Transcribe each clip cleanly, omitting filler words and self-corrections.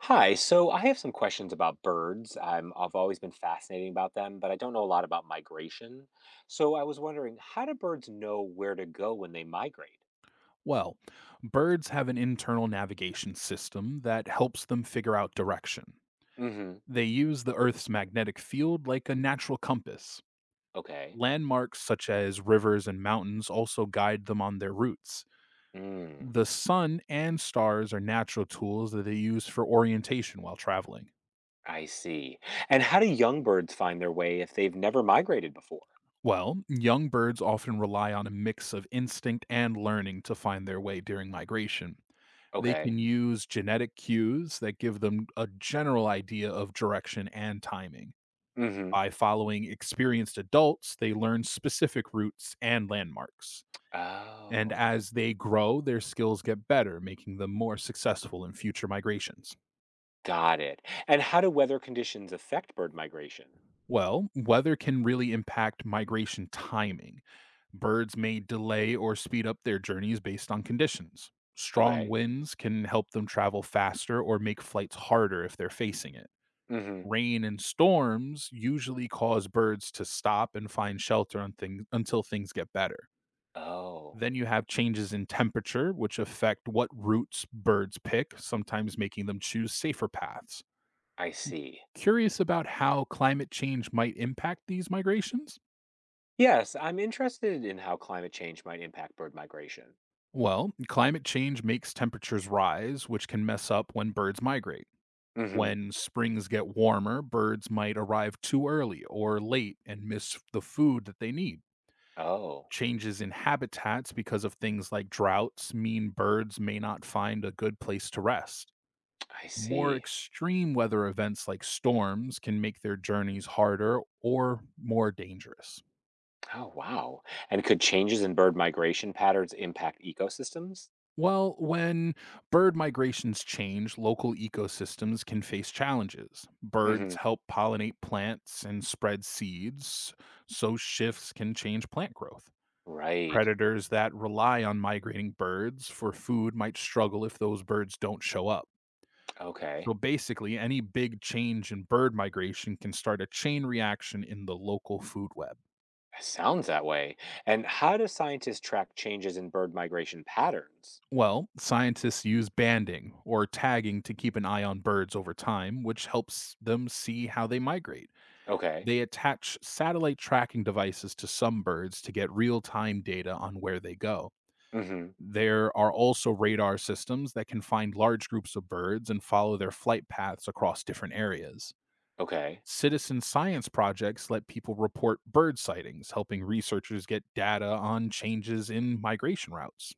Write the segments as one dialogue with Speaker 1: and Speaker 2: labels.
Speaker 1: Hi, so I have some questions about birds. I've always been fascinated about them, but I don't know a lot about migration. So I was wondering, how do birds know where to go when they migrate?
Speaker 2: Well, birds have an internal navigation system that helps them figure out direction.
Speaker 1: Mm-hmm.
Speaker 2: They use the Earth's magnetic field like a natural compass.
Speaker 1: Okay.
Speaker 2: Landmarks such as rivers and mountains also guide them on their routes.
Speaker 1: Mm,
Speaker 2: The sun and stars are natural tools that they use for orientation while traveling.
Speaker 1: I see. And how do young birds find their way if they've never migrated before?
Speaker 2: Well, young birds often rely on a mix of instinct and learning to find their way during migration. They
Speaker 1: Okay.
Speaker 2: can use genetic cues that give them a general idea of direction and timing.
Speaker 1: Mm-hmm.
Speaker 2: By following experienced adults, they learn specific routes and landmarks. And
Speaker 1: Oh,
Speaker 2: as they grow, their skills get better, making them more successful in future migrations.
Speaker 1: got it. And how do weather conditions affect bird migration?
Speaker 2: Well, weather can really impact migration timing. Birds may delay or speed up their journeys based on conditions. Strong
Speaker 1: Okay.
Speaker 2: winds can help them travel faster or make flights harder if they're facing it.
Speaker 1: Mm-hmm.
Speaker 2: Rain and storms usually cause birds to stop and find shelter on things, until things get better.
Speaker 1: Oh,
Speaker 2: Then you have changes in temperature, which affect what routes birds pick, sometimes making them choose safer paths.
Speaker 1: I see.
Speaker 2: Curious about how climate change might impact these migrations?
Speaker 1: Yes, I'm interested in how climate change might impact bird migration.
Speaker 2: Well, climate change makes temperatures rise, which can mess up when birds migrate.
Speaker 1: Hmm.
Speaker 2: When springs get warmer, birds might arrive too early or late and miss the food that they need.
Speaker 1: Oh,
Speaker 2: Changes in habitats because of things like droughts mean birds may not find a good place to rest.
Speaker 1: I
Speaker 2: More
Speaker 1: see.
Speaker 2: extreme weather events like storms can make their journeys harder or more dangerous.
Speaker 1: Oh, wow. And could changes in bird migration patterns impact ecosystems?
Speaker 2: Well, when bird migrations change, local ecosystems can face challenges.
Speaker 1: Hmm.
Speaker 2: Birds help pollinate plants and spread seeds, so shifts can change plant growth.
Speaker 1: Right.
Speaker 2: Predators that rely on migrating birds for food might struggle if those birds don't show up.
Speaker 1: Okay.
Speaker 2: So basically, any big change in bird migration can start a chain reaction in the local food web.
Speaker 1: Sounds that way. And how do scientists track changes in bird migration patterns?
Speaker 2: Well, scientists use banding or tagging to keep an eye on birds over time, which helps them see how they migrate.
Speaker 1: Okay.
Speaker 2: They attach satellite tracking devices to some birds to get real time data on where they go.
Speaker 1: Hmm.
Speaker 2: There are also radar systems that can find large groups of birds and follow their flight paths across different areas.
Speaker 1: Okay.
Speaker 2: Citizen science projects let people report bird sightings, helping researchers get data on changes in migration routes.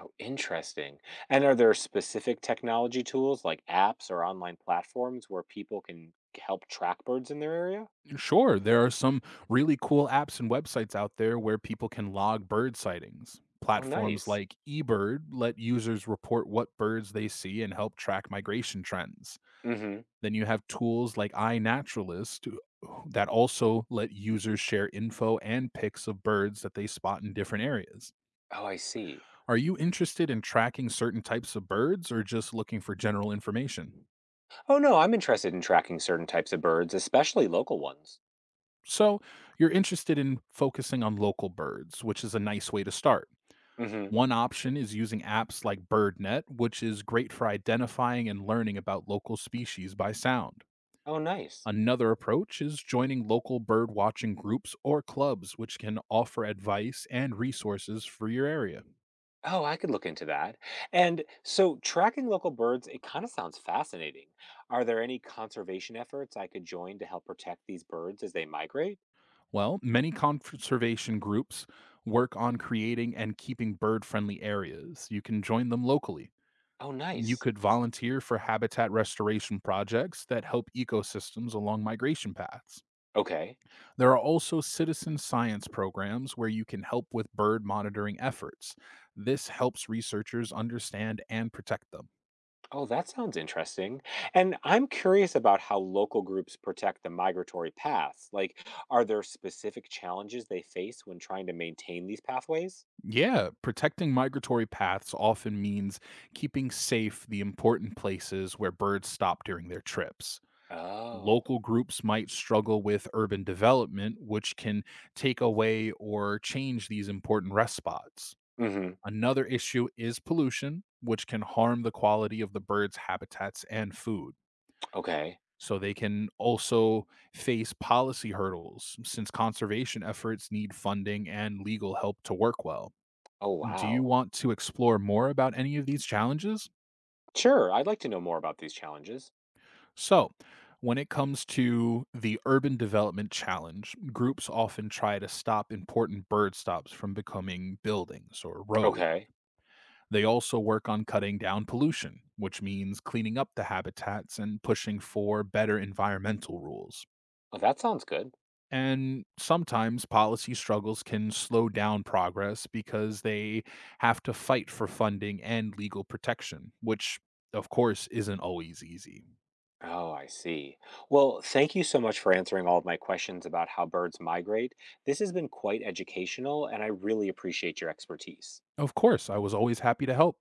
Speaker 1: Oh, interesting. And are there specific technology tools like apps or online platforms where people can help track birds in their area?
Speaker 2: Sure, there are some really cool apps and websites out there where people can log bird sightings.
Speaker 1: Oh,
Speaker 2: Platforms
Speaker 1: nice.
Speaker 2: like eBird let users report what birds they see and help track migration trends.
Speaker 1: Mhm.
Speaker 2: Then you have tools like iNaturalist that also let users share info and pics of birds that they spot in different areas.
Speaker 1: Oh, I see.
Speaker 2: Are you interested in tracking certain types of birds or just looking for general information?
Speaker 1: Oh, no, I'm interested in tracking certain types of birds, especially local ones.
Speaker 2: So, you're interested in focusing on local birds, which is a nice way to start.
Speaker 1: Mhm.
Speaker 2: One option is using apps like BirdNet, which is great for identifying and learning about local species by sound.
Speaker 1: Oh, nice.
Speaker 2: Another approach is joining local bird watching groups or clubs, which can offer advice and resources for your area.
Speaker 1: Oh, I could look into that. And so tracking local birds, it kind of sounds fascinating. Are there any conservation efforts I could join to help protect these birds as they migrate?
Speaker 2: Well, many conservation groups work on creating and keeping bird friendly areas. You can join them locally.
Speaker 1: Oh,
Speaker 2: You
Speaker 1: nice.
Speaker 2: could volunteer for habitat restoration projects that help ecosystems along migration paths.
Speaker 1: Okay.
Speaker 2: There are also citizen science programs where you can help with bird monitoring efforts. This helps researchers understand and protect them.
Speaker 1: Oh, that sounds interesting. And I'm curious about how local groups protect the migratory paths. Like, are there specific challenges they face when trying to maintain these pathways?
Speaker 2: Yeah, protecting migratory paths often means keeping safe the important places where birds stop during their trips.
Speaker 1: Oh.
Speaker 2: Local groups might struggle with urban development, which can take away or change these important rest spots.
Speaker 1: Hmm.
Speaker 2: Another issue is pollution, which can harm the quality of the birds' habitats and food.
Speaker 1: Okay.
Speaker 2: So they can also face policy hurdles since conservation efforts need funding and legal help to work well.
Speaker 1: Oh,
Speaker 2: Do you
Speaker 1: wow.
Speaker 2: want to explore more about any of these challenges?
Speaker 1: Sure, I'd like to know more about these challenges.
Speaker 2: So, when it comes to the urban development challenge, groups often try to stop important bird stops from becoming buildings or roads.
Speaker 1: Okay.
Speaker 2: They also work on cutting down pollution, which means cleaning up the habitats and pushing for better environmental rules.
Speaker 1: Well, that sounds good.
Speaker 2: And sometimes policy struggles can slow down progress because they have to fight for funding and legal protection, which, of course, isn't always easy.
Speaker 1: Oh, I see. Well, thank you so much for answering all of my questions about how birds migrate. This has been quite educational, and I really appreciate your expertise.
Speaker 2: Of course, I was always happy to help.